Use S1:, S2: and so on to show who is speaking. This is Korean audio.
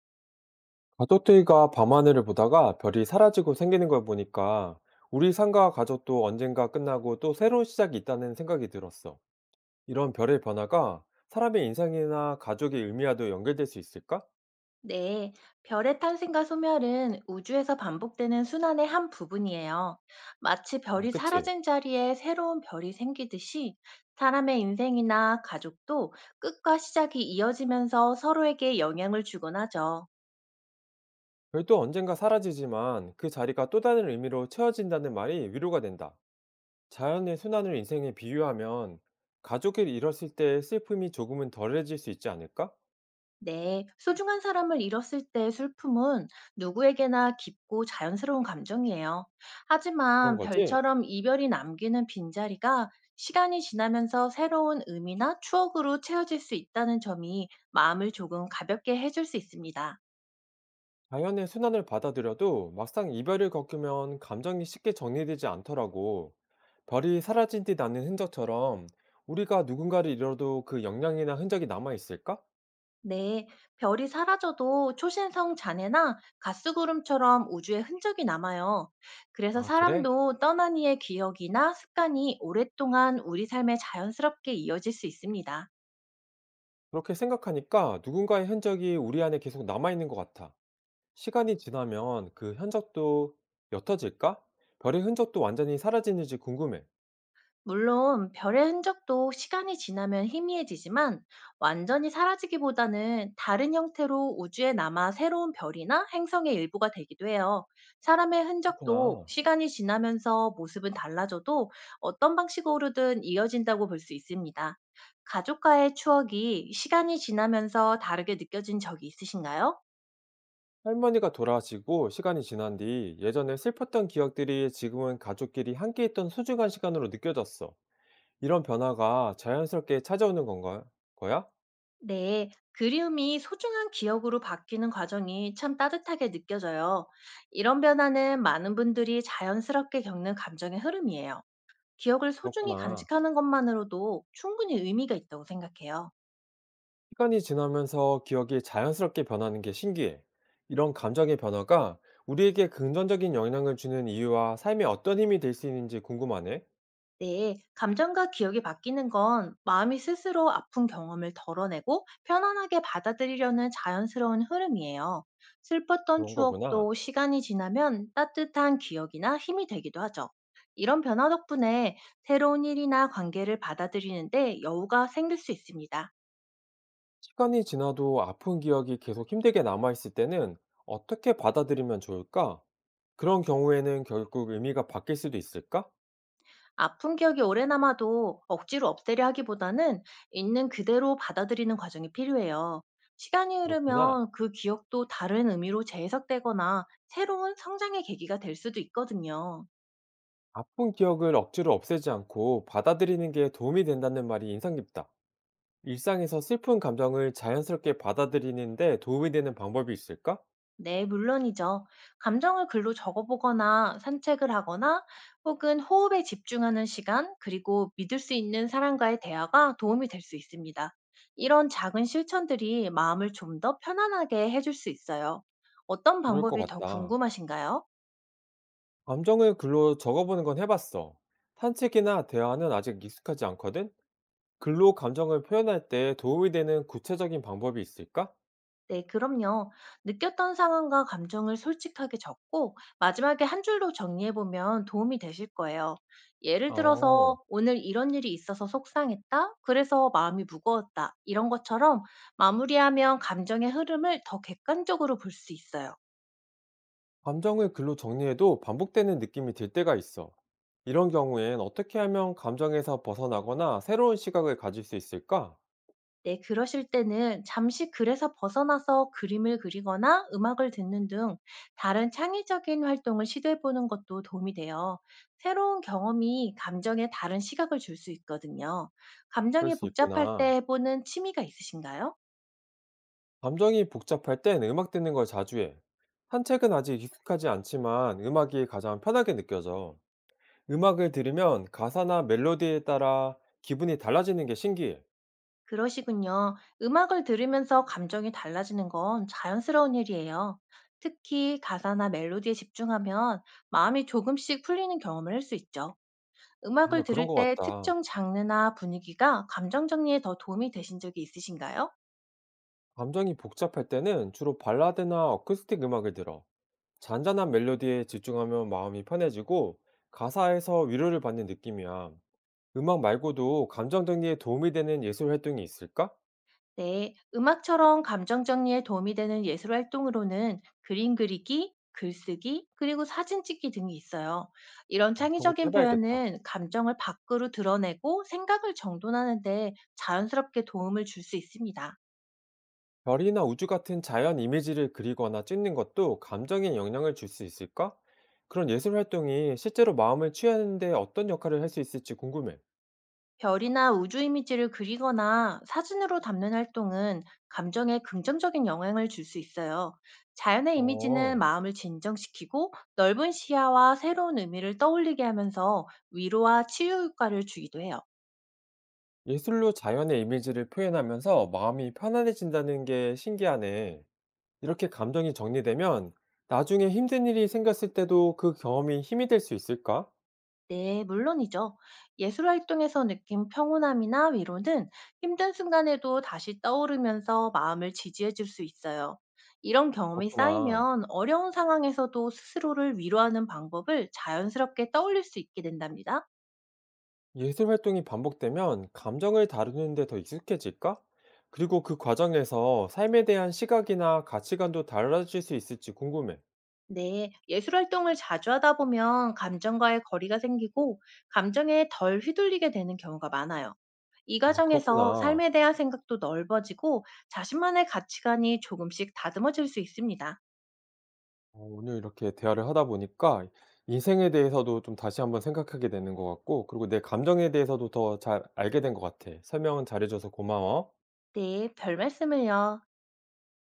S1: 가족들과 밤하늘을 보다가 별이 사라지고 생기는 걸 보니까 우리 상가와 가족도 언젠가 끝나고 또 새로운 시작이 있다는 생각이 들었어. 이런 별의 변화가 사람의 인생이나 가족의 의미와도 연결될 수 있을까?
S2: 네, 별의 탄생과 소멸은 우주에서 반복되는 순환의 한 부분이에요. 마치
S1: 어,
S2: 별이
S1: 그치.
S2: 사라진 자리에 새로운 별이 생기듯이 사람의 인생이나 가족도 끝과 시작이 이어지면서 서로에게 영향을 주곤 하죠.
S1: 별도 언젠가 사라지지만 그 자리가 또 다른 의미로 채워진다는 말이 위로가 된다. 자연의 순환을 인생에 비유하면 가족을 잃었을 때의 슬픔이 조금은 덜해질 수 있지 않을까?
S2: 네, 소중한 사람을 잃었을 때의 슬픔은 누구에게나 깊고 자연스러운 감정이에요.
S1: 그런
S2: 하지만
S1: 거지?
S2: 별처럼 이별이 남기는 빈자리가 시간이 지나면서 새로운 의미나 추억으로 채워질 수 있다는 점이 마음을 조금 가볍게 해줄 수 있습니다.
S1: 자연의 순환을 받아들여도 막상 이별을 겪으면 감정이 쉽게 정리되지 않더라고. 별이 사라진 듯 나는 흔적처럼 우리가 누군가를 잃어도 그 영향이나 흔적이 남아있을까?
S2: 네, 별이 사라져도 초신성 잔해나 가스구름처럼 우주에 흔적이 남아요. 그래서
S1: 아, 그래?
S2: 사람도 떠난 이의 기억이나 습관이 오랫동안 우리 삶에 자연스럽게 이어질 수 있습니다.
S1: 그렇게 생각하니까 누군가의 흔적이 우리 안에 계속 남아있는 것 같아. 시간이 지나면 그 흔적도 옅어질까? 별의 흔적도 완전히 사라지는지 궁금해.
S2: 물론 별의 흔적도 시간이 지나면 희미해지지만 완전히 사라지기보다는 다른 형태로 우주에 남아 새로운 별이나 행성의 일부가 되기도 해요. 사람의 흔적도
S1: 그렇구나.
S2: 시간이 지나면서 모습은 달라져도 어떤 방식으로든 이어진다고 볼 수 있습니다. 가족과의 추억이 시간이 지나면서 다르게 느껴진 적이 있으신가요?
S1: 할머니가 돌아가시고 시간이 지난 뒤 예전에 슬펐던 기억들이 지금은 가족끼리 함께 있던 소중한 시간으로 느껴졌어. 이런 변화가 자연스럽게 찾아오는 건가? 거야?
S2: 네, 그리움이 소중한 기억으로 바뀌는 과정이 참 따뜻하게 느껴져요. 이런 변화는 많은 분들이 자연스럽게 겪는 감정의 흐름이에요. 기억을 소중히
S1: 그렇구나.
S2: 간직하는 것만으로도 충분히 의미가 있다고 생각해요.
S1: 시간이 지나면서 기억이 자연스럽게 변하는 게 신기해. 이런 감정의 변화가 우리에게 긍정적인 영향을 주는 이유와 삶에 어떤 힘이 될 수 있는지 궁금하네.
S2: 네, 감정과 기억이 바뀌는 건 마음이 스스로 아픈 경험을 덜어내고 편안하게 받아들이려는 자연스러운 흐름이에요. 슬펐던
S1: 그런 거구나.
S2: 추억도 시간이 지나면 따뜻한 기억이나 힘이 되기도 하죠. 이런 변화 덕분에 새로운 일이나 관계를 받아들이는데 여유가 생길 수 있습니다.
S1: 시간이 지나도 아픈 기억이 계속 힘들게 남아있을 때는 어떻게 받아들이면 좋을까? 그런 경우에는 결국 의미가 바뀔 수도 있을까?
S2: 아픈 기억이 오래 남아도 억지로 없애려 하기보다는 있는 그대로 받아들이는 과정이 필요해요. 시간이
S1: 그렇구나.
S2: 흐르면 그 기억도 다른 의미로 재해석되거나 새로운 성장의 계기가 될 수도 있거든요.
S1: 아픈 기억을 억지로 없애지 않고 받아들이는 게 도움이 된다는 말이 인상 깊다. 일상에서 슬픈 감정을 자연스럽게 받아들이는데 도움이 되는 방법이 있을까?
S2: 네, 물론이죠. 감정을 글로 적어보거나 산책을 하거나 혹은 호흡에 집중하는 시간, 그리고 믿을 수 있는 사람과의 대화가 도움이 될 수 있습니다. 이런 작은 실천들이 마음을 좀 더 편안하게 해줄 수 있어요. 어떤
S1: 그럴 것
S2: 방법이 더
S1: 같다.
S2: 궁금하신가요?
S1: 감정을 글로 적어보는 건 해봤어. 산책이나 대화는 아직 익숙하지 않거든? 글로 감정을 표현할 때 도움이 되는 구체적인 방법이 있을까?
S2: 네, 그럼요. 느꼈던 상황과 감정을 솔직하게 적고 마지막에 한 줄로 정리해보면 도움이 되실 거예요. 예를
S1: 어.
S2: 들어서 오늘 이런 일이 있어서 속상했다. 그래서 마음이 무거웠다. 이런 것처럼 마무리하면 감정의 흐름을 더 객관적으로 볼 수 있어요.
S1: 감정을 글로 정리해도 반복되는 느낌이 들 때가 있어. 이런 경우엔 어떻게 하면 감정에서 벗어나거나 새로운 시각을 가질 수 있을까?
S2: 네, 그러실 때는 잠시 글에서 벗어나서 그림을 그리거나 음악을 듣는 등 다른 창의적인 활동을 시도해 보는 것도 도움이 돼요. 새로운 경험이 감정에 다른 시각을 줄 수 있거든요.
S1: 그럴
S2: 감정이
S1: 수
S2: 복잡할
S1: 있구나.
S2: 때 해보는 취미가 있으신가요?
S1: 감정이 복잡할 땐 음악 듣는 걸 자주 해. 산책은 아직 익숙하지 않지만 음악이 가장 편하게 느껴져. 음악을 들으면 가사나 멜로디에 따라 기분이 달라지는 게 신기해.
S2: 그러시군요. 음악을 들으면서 감정이 달라지는 건 자연스러운 일이에요. 특히 가사나 멜로디에 집중하면 마음이 조금씩 풀리는 경험을 할 수 있죠. 음악을
S1: 정말 그런
S2: 들을
S1: 것
S2: 때
S1: 같다.
S2: 특정 장르나 분위기가 감정 정리에 더 도움이 되신 적이 있으신가요?
S1: 감정이 복잡할 때는 주로 발라드나 어쿠스틱 음악을 들어. 잔잔한 멜로디에 집중하면 마음이 편해지고 가사에서 위로를 받는 느낌이야. 음악 말고도 감정 정리에 도움이 되는 예술 활동이 있을까?
S2: 네, 음악처럼 감정 정리에 도움이 되는 예술 활동으로는 그림 그리기, 글쓰기, 그리고 사진 찍기 등이 있어요. 이런
S1: 아, 그런 것도
S2: 창의적인
S1: 해봐야겠다.
S2: 표현은 감정을 밖으로 드러내고 생각을 정돈하는데 자연스럽게 도움을 줄 수 있습니다.
S1: 별이나 우주 같은 자연 이미지를 그리거나 찍는 것도 감정에 영향을 줄 수 있을까? 그런 예술 활동이 실제로 마음을 취하는데 어떤 역할을 할 수 있을지 궁금해.
S2: 별이나 우주 이미지를 그리거나 사진으로 담는 활동은 감정에 긍정적인 영향을 줄 수 있어요. 자연의 이미지는
S1: 어,
S2: 마음을 진정시키고 넓은 시야와 새로운 의미를 떠올리게 하면서 위로와 치유 효과를 주기도 해요.
S1: 예술로 자연의 이미지를 표현하면서 마음이 편안해진다는 게 신기하네. 이렇게 감정이 정리되면 나중에 힘든 일이 생겼을 때도 그 경험이 힘이 될 수 있을까?
S2: 네, 물론이죠. 예술 활동에서 느낀 평온함이나 위로는 힘든 순간에도 다시 떠오르면서 마음을 지지해 줄 수 있어요. 이런 경험이
S1: 그렇구나.
S2: 쌓이면 어려운 상황에서도 스스로를 위로하는 방법을 자연스럽게 떠올릴 수 있게 된답니다.
S1: 예술 활동이 반복되면 감정을 다루는 데 더 익숙해질까? 그리고 그 과정에서 삶에 대한 시각이나 가치관도 달라질 수 있을지 궁금해.
S2: 네, 예술 활동을 자주 하다 보면 감정과의 거리가 생기고 감정에 덜 휘둘리게 되는 경우가 많아요. 이
S1: 아,
S2: 과정에서
S1: 그렇구나.
S2: 삶에 대한 생각도 넓어지고 자신만의 가치관이 조금씩 다듬어질 수 있습니다.
S1: 어, 오늘 이렇게 대화를 하다 보니까 인생에 대해서도 좀 다시 한번 생각하게 되는 것 같고, 그리고 내 감정에 대해서도 더 잘 알게 된 것 같아. 설명은 잘해줘서 고마워.
S2: 네, 별 말씀을요.